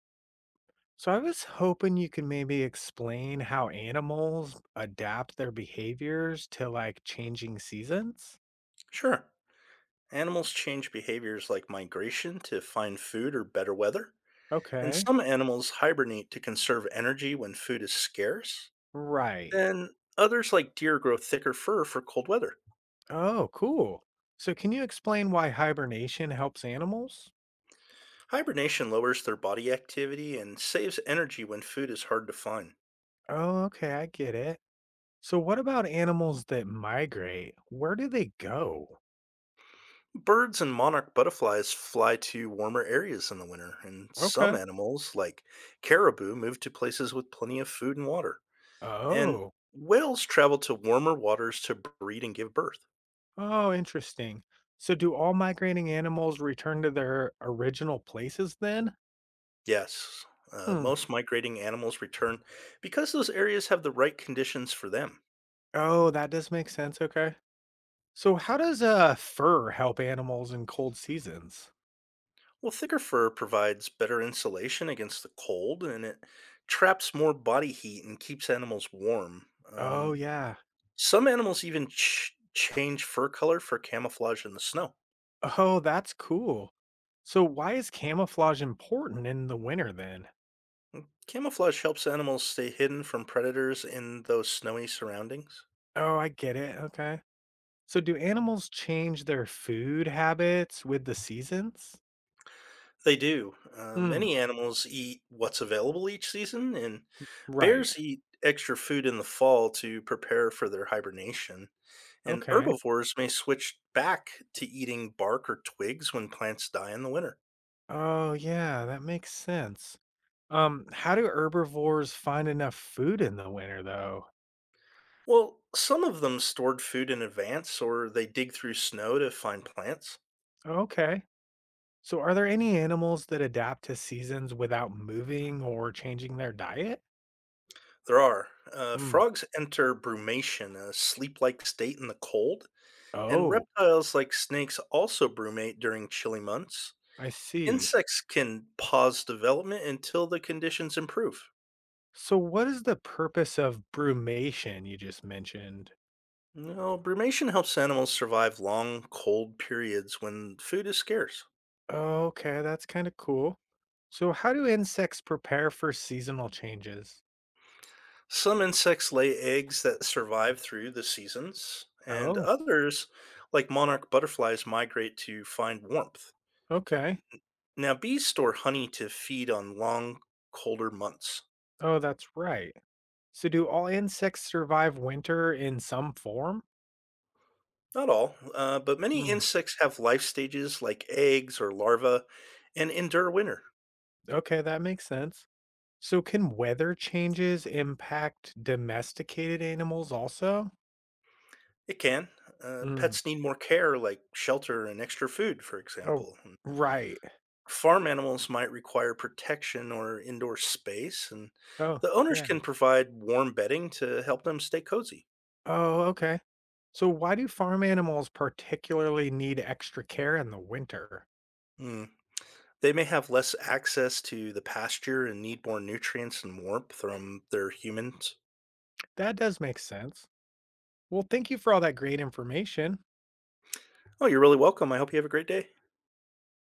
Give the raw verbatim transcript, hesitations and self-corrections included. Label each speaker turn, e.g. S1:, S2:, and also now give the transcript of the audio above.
S1: So I was hoping you could maybe explain how animals adapt their behaviors to like changing seasons?
S2: Sure. Animals change behaviors like migration to find food or better weather, and
S1: Okay.
S2: some animals hibernate to conserve energy when food is scarce.
S1: Right.
S2: Then others, like deer, grow thicker fur for cold weather.
S1: Oh, cool. So can you explain why hibernation helps animals?
S2: Hibernation lowers their body activity and saves energy when food is hard to find.
S1: Oh, okay, I get it. So what about animals that migrate? Where do they go?
S2: Birds and monarch butterflies fly to warmer areas in the winter, and some
S1: Okay.
S2: animals, like caribou, move to places with plenty of food and water. And
S1: Oh.
S2: whales travel to warmer waters to breed and give birth.
S1: Oh, interesting. So do all migrating animals return to their original places then?
S2: Yes, uh,
S1: Hmm.
S2: most migrating animals return because those areas have the right conditions for them.
S1: Oh, that does make sense. Okay. So how does uh fur help animals in cold seasons?
S2: Well, thicker fur provides better insulation against the cold, and it traps more body heat and keeps animals warm.
S1: Oh
S2: Um,
S1: yeah.
S2: some animals even ch- change fur color for camouflage in the snow.
S1: Oh, that's cool. So why is camouflage important in the winter then?
S2: Camouflage helps animals stay hidden from predators in those snowy surroundings.
S1: Oh, I get it. Okay. So do animals change their food habits with the seasons?
S2: They do. Uh,
S1: Hmm,
S2: many animals eat what's available each season, and
S1: right.
S2: bears eat extra food in the fall to prepare for their hibernation. And
S1: Okay.
S2: herbivores may switch back to eating bark or twigs when plants die in the winter.
S1: Oh yeah, that makes sense. Um, how do herbivores find enough food in the winter though?
S2: Well, some of them stored food in advance, or they dig through snow to find plants.
S1: Okay. So, are there any animals that adapt to seasons without moving or changing their diet?
S2: There are. Uh,
S1: Hmm.
S2: frogs enter brumation, a sleep like state in the cold, and
S1: Oh,
S2: reptiles like snakes also brumate during chilly months.
S1: I see.
S2: Insects can pause development until the conditions improve.
S1: So, what is the purpose of brumation you just mentioned?
S2: You know, brumation helps animals survive long, cold periods when food is scarce.
S1: Okay, that's kind of cool. So, how do insects prepare for seasonal changes?
S2: Some insects lay eggs that survive through the seasons, and
S1: Oh,
S2: others, like monarch butterflies, migrate to find warmth.
S1: okay.
S2: Now, bees store honey to feed on long, colder months.
S1: Oh, that's right. So, do all insects survive winter in some form?
S2: Not all, uh, but many
S1: Hmm.
S2: insects have life stages like eggs or larvae and endure winter.
S1: Okay, that makes sense. So, can weather changes impact domesticated animals also?
S2: It can. Uh,
S1: Mm.
S2: pets need more care, like shelter and extra food, for
S1: Oh,
S2: example. And
S1: right.
S2: farm animals might require protection or indoor space, and
S1: Oh,
S2: the owners
S1: yeah.
S2: can provide warm bedding to help them stay cozy.
S1: Oh, okay. So, why do farm animals particularly need extra care in the winter?
S2: Mm. They may have less access to the pasture and need more nutrients and warmth from their humans.
S1: That does make sense. Well, thank you for all that great information.
S2: Oh, you're really welcome. I hope you have a great day.